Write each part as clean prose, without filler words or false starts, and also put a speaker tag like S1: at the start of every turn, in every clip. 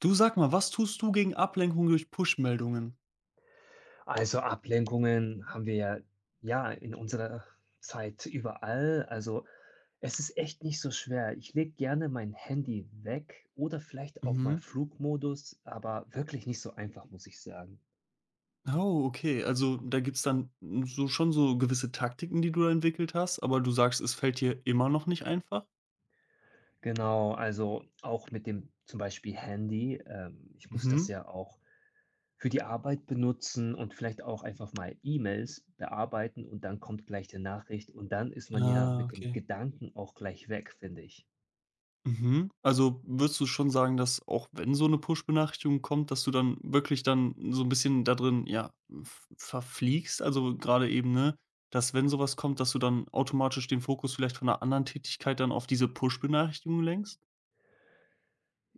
S1: Du, sag mal, was tust du gegen Ablenkung durch Push-Meldungen?
S2: Also, Ablenkungen haben wir ja ja, in unserer Zeit überall. Also, es ist echt nicht so schwer. Ich lege gerne mein Handy weg oder vielleicht auch mal
S1: Mhm.
S2: Flugmodus, aber wirklich nicht so einfach, muss ich sagen.
S1: Oh, okay. Also da gibt's dann so schon so gewisse Taktiken, die du da entwickelt hast, aber du sagst, es fällt dir immer noch nicht einfach?
S2: Genau, also auch mit dem zum Beispiel Handy. Ich muss das
S1: Mhm.
S2: ja auch für die Arbeit benutzen und vielleicht auch einfach mal E-Mails bearbeiten und dann kommt gleich die Nachricht und dann ist man ja
S1: Ah,
S2: mit dem
S1: okay.
S2: Gedanken auch gleich weg, finde ich.
S1: Mhm. Also würdest du schon sagen, dass auch wenn so eine Push-Benachrichtigung kommt, dass du dann wirklich dann so ein bisschen da drin, ja, v verfliegst? Also gerade eben, ne, dass wenn sowas kommt, dass du dann automatisch den Fokus vielleicht von einer anderen Tätigkeit dann auf diese Push-Benachrichtigung lenkst?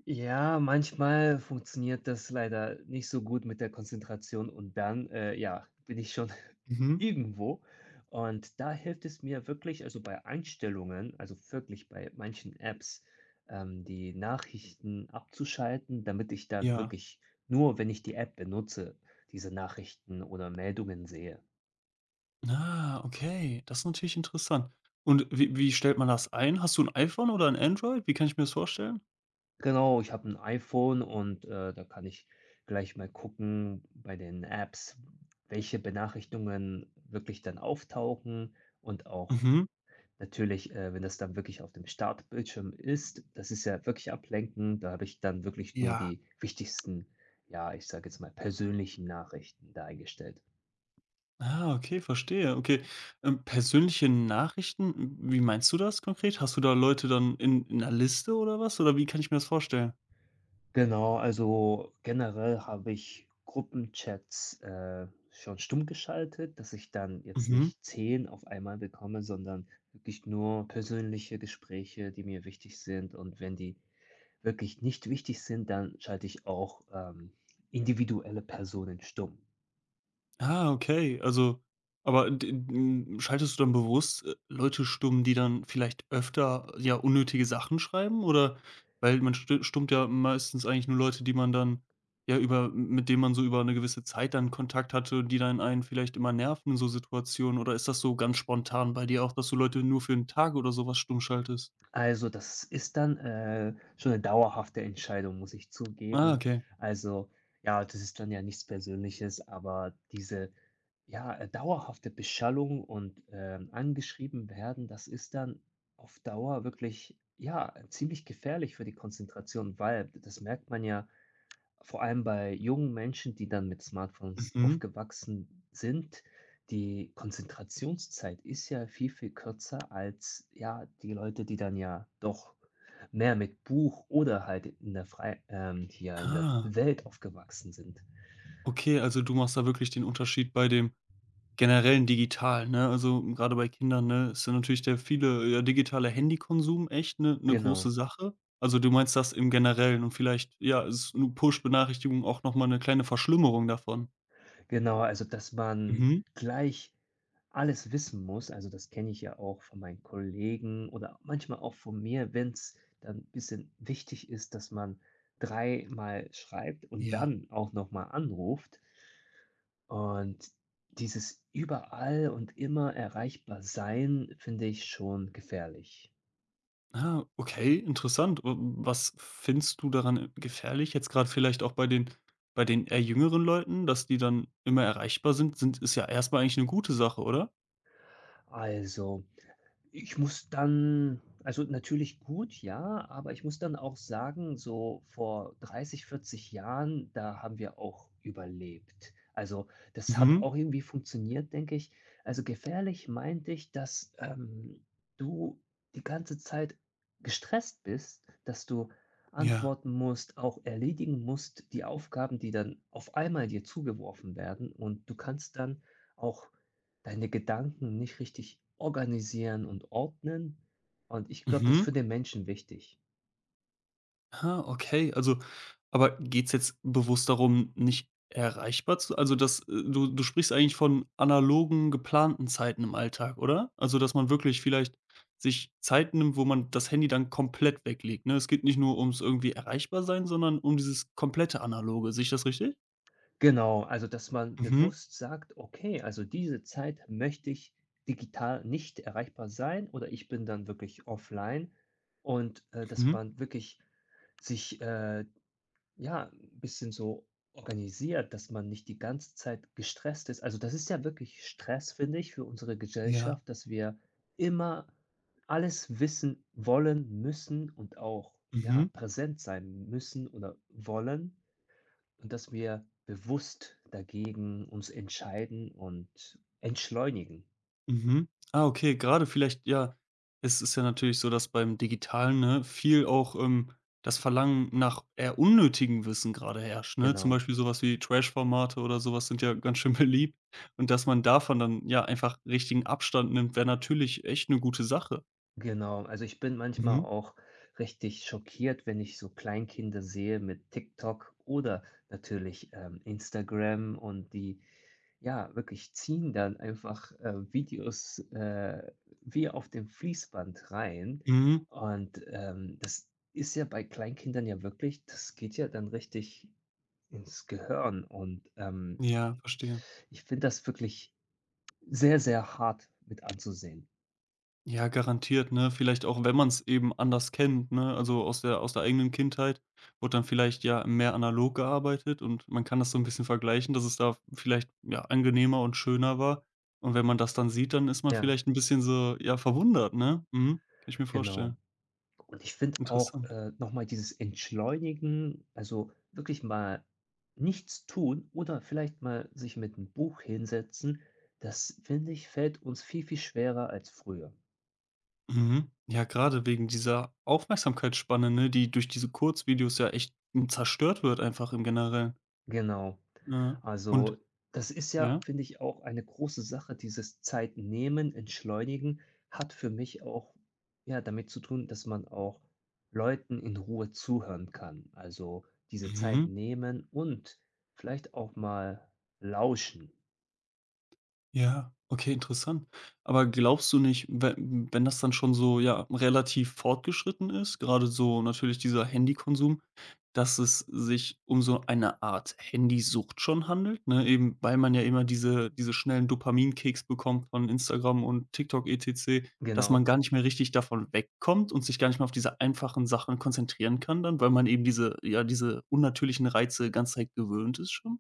S2: Ja, manchmal funktioniert das leider nicht so gut mit der Konzentration und dann, ja, bin ich schon
S1: Mhm.
S2: irgendwo. Und da hilft es mir wirklich, also bei Einstellungen, also wirklich bei manchen Apps, die Nachrichten abzuschalten, damit ich dann
S1: Ja.
S2: wirklich nur, wenn ich die App benutze, diese Nachrichten oder Meldungen sehe.
S1: Ah, okay, das ist natürlich interessant. Und wie stellt man das ein? Hast du ein iPhone oder ein Android? Wie kann ich mir das vorstellen?
S2: Genau, ich habe 'n iPhone und, da kann ich gleich mal gucken bei den Apps, welche Benachrichtigungen wirklich dann auftauchen und auch
S1: Mhm.
S2: natürlich, wenn das dann wirklich auf dem Startbildschirm ist, das ist ja wirklich ablenkend, da habe ich dann wirklich nur
S1: Ja.
S2: die wichtigsten, ja, ich sage jetzt mal, persönlichen Nachrichten da eingestellt.
S1: Ah, okay, verstehe. Okay, persönliche Nachrichten, wie meinst du das konkret? Hast du da Leute dann in 'ner Liste oder was? Oder wie kann ich mir das vorstellen?
S2: Genau, also generell habe ich Gruppenchats, schon stumm geschaltet, dass ich dann jetzt
S1: Mhm.
S2: nicht 10 auf einmal bekomme, sondern wirklich nur persönliche Gespräche, die mir wichtig sind. Und wenn die wirklich nicht wichtig sind, dann schalte ich auch, individuelle Personen stumm.
S1: Ah, okay. Also, aber d n schaltest du dann bewusst, Leute stumm, die dann vielleicht öfter, ja, unnötige Sachen schreiben oder weil man stummt ja meistens eigentlich nur Leute, die man dann ja, über mit denen man so über eine gewisse Zeit dann Kontakt hatte, die dann einen vielleicht immer nerven in so Situationen oder ist das so ganz spontan bei dir auch, dass du Leute nur für einen Tag oder sowas stumm schaltest?
S2: Also, das ist dann, schon 'ne dauerhafte Entscheidung, muss ich
S1: Ah,
S2: zugeben.
S1: okay.
S2: Also, ja, das ist dann ja nichts Persönliches, aber diese, ja, dauerhafte Beschallung und, angeschrieben werden, das ist dann auf Dauer wirklich, ja, ziemlich gefährlich für die Konzentration, weil das merkt man ja vor allem bei jungen Menschen, die dann mit Smartphones
S1: Mhm.
S2: aufgewachsen sind. Die Konzentrationszeit ist ja viel, viel kürzer als, ja, die Leute, die dann ja doch mehr mit Buch oder halt in der frei hier in der
S1: Ah,
S2: Welt aufgewachsen sind.
S1: okay, also du machst da wirklich den Unterschied bei dem Generell digital, ne? Also, gerade bei Kindern, ne, ist da natürlich der viele ja, digitale Handykonsum echt 'ne große
S2: Genau,
S1: Sache. Also, du meinst das im Generellen und vielleicht, ja, ist 'ne Push-Benachrichtigung auch noch mal 'ne kleine Verschlimmerung davon?
S2: genau, also dass man
S1: Mhm.
S2: gleich alles wissen muss. Also, das kenne ich ja auch von meinen Kollegen oder manchmal auch von mir, wenn es dann ein bisschen wichtig ist, dass man dreimal schreibt und
S1: Ja.
S2: dann auch noch mal anruft. Und dieses überall und immer erreichbar sein finde ich schon gefährlich.
S1: Ah, okay, interessant. W was findest du daran gefährlich? Jetzt grad vielleicht auch bei den eher jüngeren Leuten, dass die dann immer erreichbar sind, ist ja erst mal eigentlich 'ne gute Sache, oder?
S2: Also, ich muss dann also natürlich gut, ja, aber ich muss dann auch sagen, so vor 30, 40 Jahren, da haben wir auch überlebt. Also, das hat
S1: Mhm.
S2: auch irgendwie funktioniert, denke ich. Also, gefährlich meinte ich, dass, du die ganze Zeit gestresst bist, dass du
S1: Ja.
S2: antworten musst, auch erledigen musst, die Aufgaben, die dann auf einmal dir zugeworfen werden und du kannst dann auch deine Gedanken nicht richtig organisieren und ordnen. Und ich glaube, das ist
S1: Mhm.
S2: für den Menschen wichtig.
S1: Ah, okay. Also, aber geht's jetzt bewusst darum, nicht erreichbar zu also, dass du sprichst eigentlich von analogen, geplanten Zeiten im Alltag, oder? Also, dass man wirklich vielleicht sich Zeit nimmt, wo man das Handy dann komplett weglegt, ne? Es geht nicht nur ums irgendwie erreichbar sein, sondern um dieses komplette Analoge. Sehe ich das richtig?
S2: Genau, also dass man
S1: Mhm,
S2: bewusst sagt, okay, also diese Zeit möchte ich digital nicht erreichbar sein oder ich bin dann wirklich offline und dass
S1: mhm.
S2: man wirklich sich ja, 'n bisschen so organisiert, dass man nicht die ganze Zeit gestresst ist. Also, das ist ja wirklich Stress, finde ich, für unsere
S1: Ja,
S2: Gesellschaft, dass wir immer alles wissen wollen, müssen und auch, ja,
S1: mhm.
S2: präsent sein müssen oder wollen und dass wir bewusst dagegen uns entscheiden und entschleunigen.
S1: Mhm. Ah, okay, gerade vielleicht ja, es ist ja natürlich so, dass beim Digitalen, ne, viel auch, das Verlangen nach eher unnötigem Wissen gerade herrscht, ne? Zum
S2: Genau.
S1: Beispiel sowas wie Trash-Formate oder sowas sind ja ganz schön beliebt und dass man davon dann, ja, einfach richtigen Abstand nimmt, wäre natürlich echt eine gute Sache.
S2: Genau, also ich bin manchmal
S1: Mhm.
S2: auch richtig schockiert, wenn ich so Kleinkinder sehe mit TikTok oder natürlich, Instagram und die, ja, wirklich ziehen dann einfach, Videos, wie auf dem Fließband rein.
S1: Mhm.
S2: Und, das ist ja bei Kleinkindern ja wirklich, das geht ja dann richtig ins Gehirn und,
S1: Ja, verstehe.
S2: ich finde das wirklich sehr, sehr hart mit anzusehen.
S1: Ja, garantiert, ne? Vielleicht auch, wenn man es eben anders kennt, ne? Also, aus der eigenen Kindheit wird dann vielleicht ja mehr analog gearbeitet und man kann das so ein bisschen vergleichen, dass es da vielleicht, ja, angenehmer und schöner war. Und wenn man das dann sieht, dann ist man
S2: Ja,
S1: vielleicht ein bisschen so, ja, verwundert, ne? Mhm. Kann ich mir
S2: genau.
S1: vorstellen.
S2: Und ich finde auch,
S1: Interessant.
S2: noch mal dieses Entschleunigen, also wirklich mal nichts tun oder vielleicht mal sich mit einem Buch hinsetzen, das finde ich, fällt uns viel, viel schwerer als früher.
S1: Mhm. Ja, gerade wegen dieser Aufmerksamkeitsspanne, ne, die durch diese Kurzvideos ja echt, hm, zerstört wird einfach im Generellen.
S2: Genau.
S1: Ja. Und
S2: Also, das ist ja,
S1: ja?
S2: finde ich, auch eine große Sache, dieses Zeit nehmen, entschleunigen, hat für mich auch, ja, damit zu tun, dass man auch Leuten in Ruhe zuhören kann. Also, diese Zeit
S1: Mhm.
S2: nehmen und vielleicht auch mal lauschen.
S1: Ja, okay, interessant. Aber glaubst du nicht, we wenn das dann schon so, ja, relativ fortgeschritten ist, gerade so natürlich dieser Handykonsum, dass es sich um so eine Art Handysucht schon handelt, ne, eben weil man ja immer diese schnellen Dopaminkicks bekommt von Instagram und TikTok etc., dass man
S2: Genau.
S1: gar nicht mehr richtig davon wegkommt und sich gar nicht mehr auf diese einfachen Sachen konzentrieren kann dann, weil man eben diese ja, diese unnatürlichen Reize ganze Zeit gewöhnt ist schon?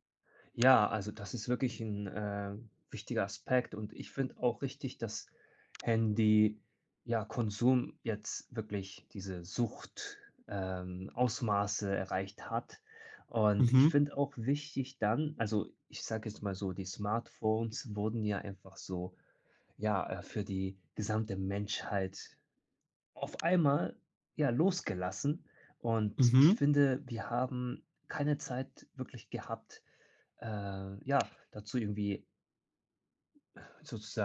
S2: Ja, also das ist wirklich ein wichtiger Aspekt, und ich finde auch richtig, dass Handy, ja, Konsum jetzt wirklich diese Sucht, Ausmaße erreicht hat. Und ich
S1: Mhm,
S2: finde auch wichtig dann, also, ich sage jetzt mal so, die Smartphones wurden ja einfach so, ja, für die gesamte Menschheit auf einmal, ja, losgelassen. Und ich
S1: mhm,
S2: finde, wir haben keine Zeit wirklich gehabt, ja, dazu irgendwie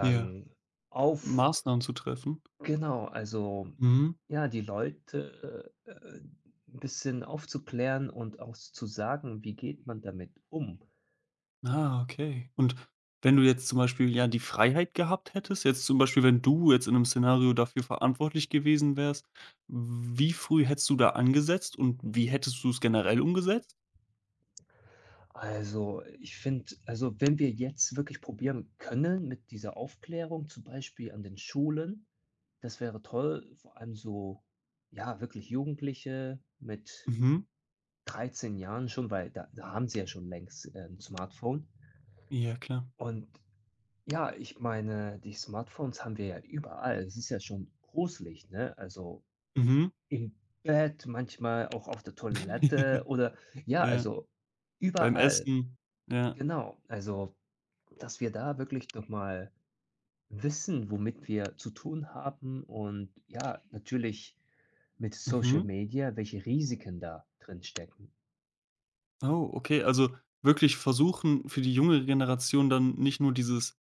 S1: ja.
S2: auf,
S1: Maßnahmen zu treffen?
S2: genau, also,
S1: Mhm.
S2: ja, die Leute, 'n bisschen aufzuklären und auch zu sagen, wie geht man damit um?
S1: Ah, okay. Und wenn du jetzt zum Beispiel, ja, die Freiheit gehabt hättest, jetzt zum Beispiel, wenn du jetzt in einem Szenario dafür verantwortlich gewesen wärst, wie früh hättest du da angesetzt und wie hättest du es generell umgesetzt?
S2: Also, ich finde, also, wenn wir jetzt wirklich probieren können mit dieser Aufklärung, zum Beispiel an den Schulen, das wäre toll, vor allem so, ja, wirklich Jugendliche mit
S1: Mhm.
S2: 13 Jahren schon, weil da haben sie ja schon längst, 'n Smartphone.
S1: Ja, klar.
S2: Und ja, ich meine, die Smartphones haben wir ja überall. Es ist ja schon gruselig, ne? Also
S1: Mhm.
S2: im Bett, manchmal auch auf der Toilette oder ja,
S1: Ja,
S2: also
S1: beim
S2: überall.
S1: Essen. Ja.
S2: Genau. Also, dass wir da wirklich noch mal wissen, womit wir zu tun haben und ja, natürlich mit Social
S1: Mhm.
S2: Media, welche Risiken da drin stecken.
S1: Oh, okay, also wirklich versuchen, für die junge Generation dann nicht nur dieses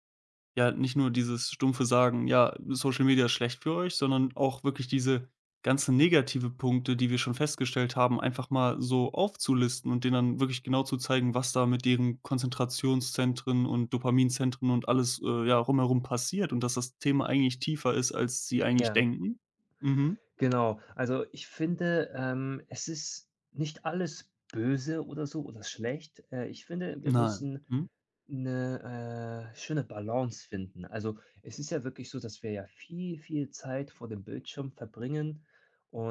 S1: Ja, nicht nur dieses stumpfe Sagen: „Ja, Social Media ist schlecht für euch“, sondern auch wirklich diese ganzen negative Punkte, die wir schon festgestellt haben, einfach mal so aufzulisten und denen dann wirklich genau zu zeigen, was da mit deren Konzentrationszentren und Dopaminzentren und alles, ja, rumherum passiert und dass das Thema eigentlich tiefer ist, als sie eigentlich
S2: Ja.
S1: denken. Mhm.
S2: Genau. Also, ich finde, es ist nicht alles böse oder so oder schlecht. Ich finde, wir
S1: Nein.
S2: müssen
S1: Mhm.
S2: eine schöne Balance finden. Also, es ist ja wirklich so, dass wir ja viel, viel Zeit vor dem Bildschirm verbringen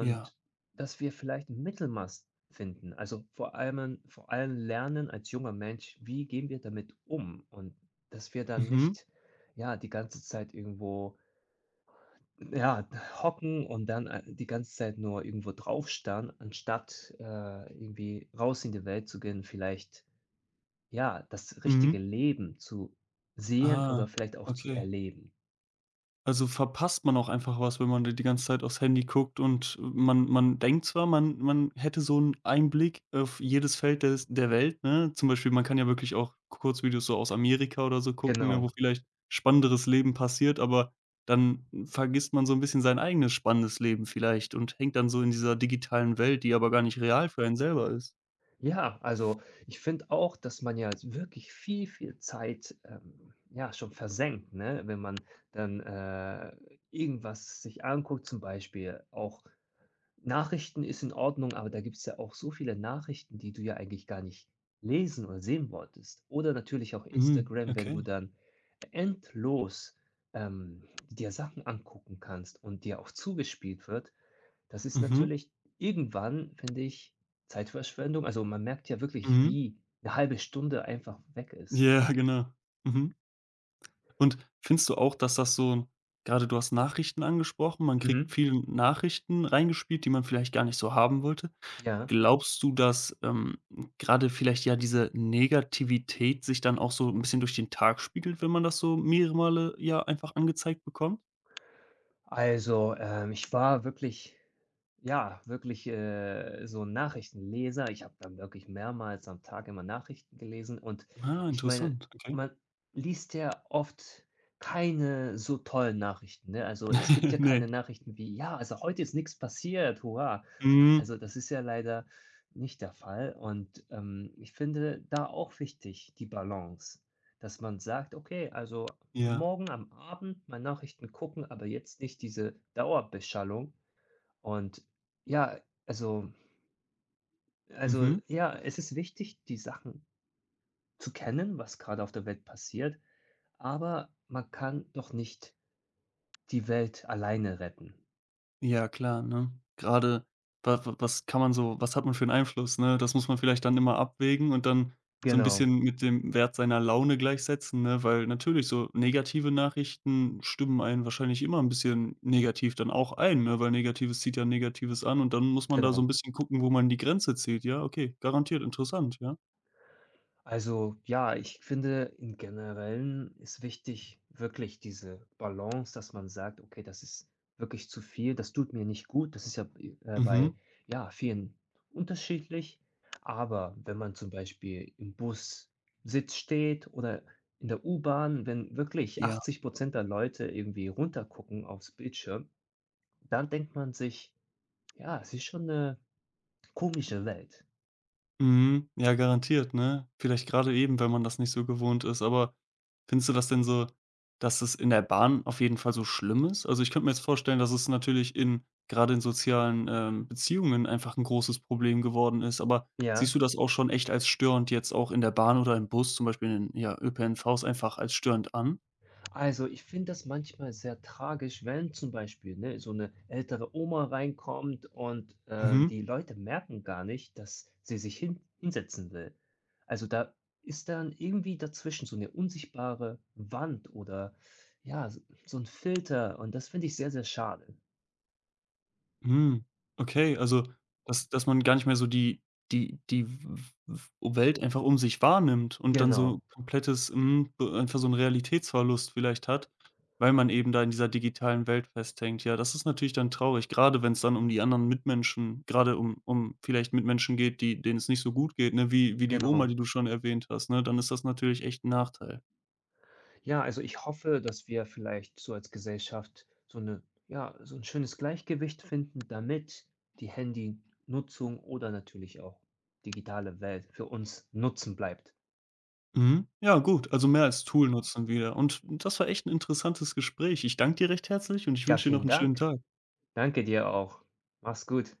S1: Ja.
S2: dass wir vielleicht ein Mittelmaß finden. Also, vor allem lernen als junger Mensch, wie gehen wir damit um? Und dass wir dann
S1: Mhm.
S2: nicht, ja, die ganze Zeit irgendwo, ja, hocken und dann, die ganze Zeit nur irgendwo draufstarren, anstatt, irgendwie raus in die Welt zu gehen, vielleicht, ja, das
S1: Mhm.
S2: richtige Leben zu sehen oder
S1: Ah,
S2: vielleicht auch zu
S1: okay.
S2: erleben.
S1: Also, verpasst man auch einfach was, wenn man da die ganze Zeit aufs Handy guckt und man denkt zwar, man hätte so einen Einblick auf jedes Feld des der Welt, ne? Zum Beispiel, man kann ja wirklich auch Kurzvideos so aus Amerika oder so gucken, ne,
S2: Genau.
S1: wo vielleicht spannenderes Leben passiert, aber dann vergisst man so ein bisschen sein eigenes spannendes Leben vielleicht und hängt dann so in dieser digitalen Welt, die aber gar nicht real für einen selber ist.
S2: Ja, also, ich finde auch, dass man ja wirklich viel, viel Zeit, ja, schon versenkt, ne, wenn man dann, irgendwas sich anguckt, zum Beispiel auch Nachrichten ist in Ordnung, aber da gibt's ja auch so viele Nachrichten, die du ja eigentlich gar nicht lesen oder sehen wolltest. Oder natürlich auch
S1: Mhm,
S2: Instagram, wenn du
S1: okay.
S2: dann endlos, dir Sachen angucken kannst und dir auch zugespielt wird. Das ist
S1: Mhm,
S2: natürlich irgendwann, finde ich, Zeitverschwendung. Also, man merkt ja wirklich,
S1: mhm.
S2: wie eine halbe Stunde einfach weg ist.
S1: Ja, genau. Mhm. Und findest du auch, dass das so gerade? Du hast Nachrichten angesprochen, man kriegt
S2: Mhm.
S1: viele Nachrichten reingespielt, die man vielleicht gar nicht so haben wollte.
S2: Ja.
S1: Glaubst du, dass, grade vielleicht ja diese Negativität sich dann auch so ein bisschen durch den Tag spiegelt, wenn man das so mehrere Male ja einfach angezeigt bekommt?
S2: Also, ich war wirklich, ja, wirklich, so 'n Nachrichtenleser. Ich habe dann wirklich mehrmals am Tag immer Nachrichten gelesen und
S1: Ah,
S2: ich meine,
S1: interessant, okay.
S2: man liest ja oft keine so tollen Nachrichten, ne? Also, es gibt ja
S1: Ne.
S2: keine Nachrichten wie: „Ja, also heute ist nichts passiert, hurra."
S1: Mhm.
S2: Also, das ist ja leider nicht der Fall und, ich finde da auch wichtig die Balance, dass man sagt: „Okay, also am
S1: Ja.
S2: Morgen, am Abend mal Nachrichten gucken, aber jetzt nicht diese Dauerbeschallung." Und ja, also also
S1: Mhm.
S2: ja, es ist wichtig, die Sachen zu kennen, was gerade auf der Welt passiert, aber man kann doch nicht die Welt alleine retten.
S1: Ja, klar, ne? Gerade wa wa was kann man so was hat man für einen Einfluss, ne? Das muss man vielleicht dann immer abwägen und dann so ein
S2: Genau,
S1: bisschen mit dem Wert seiner Laune gleichsetzen, ne? Weil natürlich so negative Nachrichten stimmen einen wahrscheinlich immer ein bisschen negativ dann auch ein, ne? Weil Negatives zieht ja Negatives an und dann muss man da so
S2: genau.
S1: ein bisschen gucken, wo man die Grenze zieht. Ja, okay, garantiert interessant, ja.
S2: Also ja, ich finde, im Generellen ist wichtig wirklich diese Balance, dass man sagt: „Okay, das ist wirklich zu viel, das tut mir nicht gut." Das ist ja
S1: Mhm.
S2: bei, ja, vielen unterschiedlich. Aber wenn man zum Beispiel im Bus Sitz steht oder in der U-Bahn, wenn wirklich
S1: Ja.
S2: 80 der Leute irgendwie runtergucken aufs Bildschirm, dann denkt man sich: „Ja, es ist schon eine komische Welt."
S1: Mhm. Ja, garantiert, ne? Vielleicht gerade eben, wenn man das nicht so gewohnt ist, aber findest du das denn so, dass es in der Bahn auf jeden Fall so schlimm ist? Also, ich könnte mir jetzt vorstellen, dass es natürlich in gerade in sozialen,
S2: Mhm.
S1: Beziehungen einfach ein großes Problem geworden ist, aber
S2: Ja,
S1: siehst du das auch schon echt als störend jetzt auch in der Bahn oder im Bus, zum Beispiel in den ja, ÖPNVs einfach als störend an?
S2: also, ich finde das manchmal sehr tragisch, wenn zum Beispiel, ne, so eine ältere Oma reinkommt und,
S1: Mhm.
S2: die Leute merken gar nicht, dass sie sich hinsetzen will. Also, da ist dann irgendwie dazwischen so eine unsichtbare Wand oder ja, s so 'n Filter und das finde ich sehr, sehr schade.
S1: Mhm. Okay, also, dass man gar nicht mehr so die die die w w Welt einfach um sich wahrnimmt und dann so
S2: Genau,
S1: komplettes, hm, b einfach so 'n Realitätsverlust vielleicht hat, weil man eben da in dieser digitalen Welt festhängt. Ja, das ist natürlich dann traurig, gerade wenn es dann um die anderen Mitmenschen gerade um vielleicht Mitmenschen geht, die denen es nicht so gut geht, ne, wie die Oma,
S2: genau.
S1: die du schon erwähnt hast, ne? Dann ist das natürlich echt ein Nachteil.
S2: Ja, also ich hoffe, dass wir vielleicht so als Gesellschaft so eine, ja, so ein schönes Gleichgewicht finden, damit die Handynutzung oder natürlich auch digitale Welt für uns Nutzen bleibt.
S1: Mhm. Ja, gut, also mehr als Tool nutzen wieder. Und das war echt ein interessantes Gespräch. Ich danke dir recht herzlich und ich
S2: Ja,
S1: wünsche dir noch
S2: vielen
S1: einen schönen
S2: Dank.
S1: Tag.
S2: Danke dir auch. Mach's gut.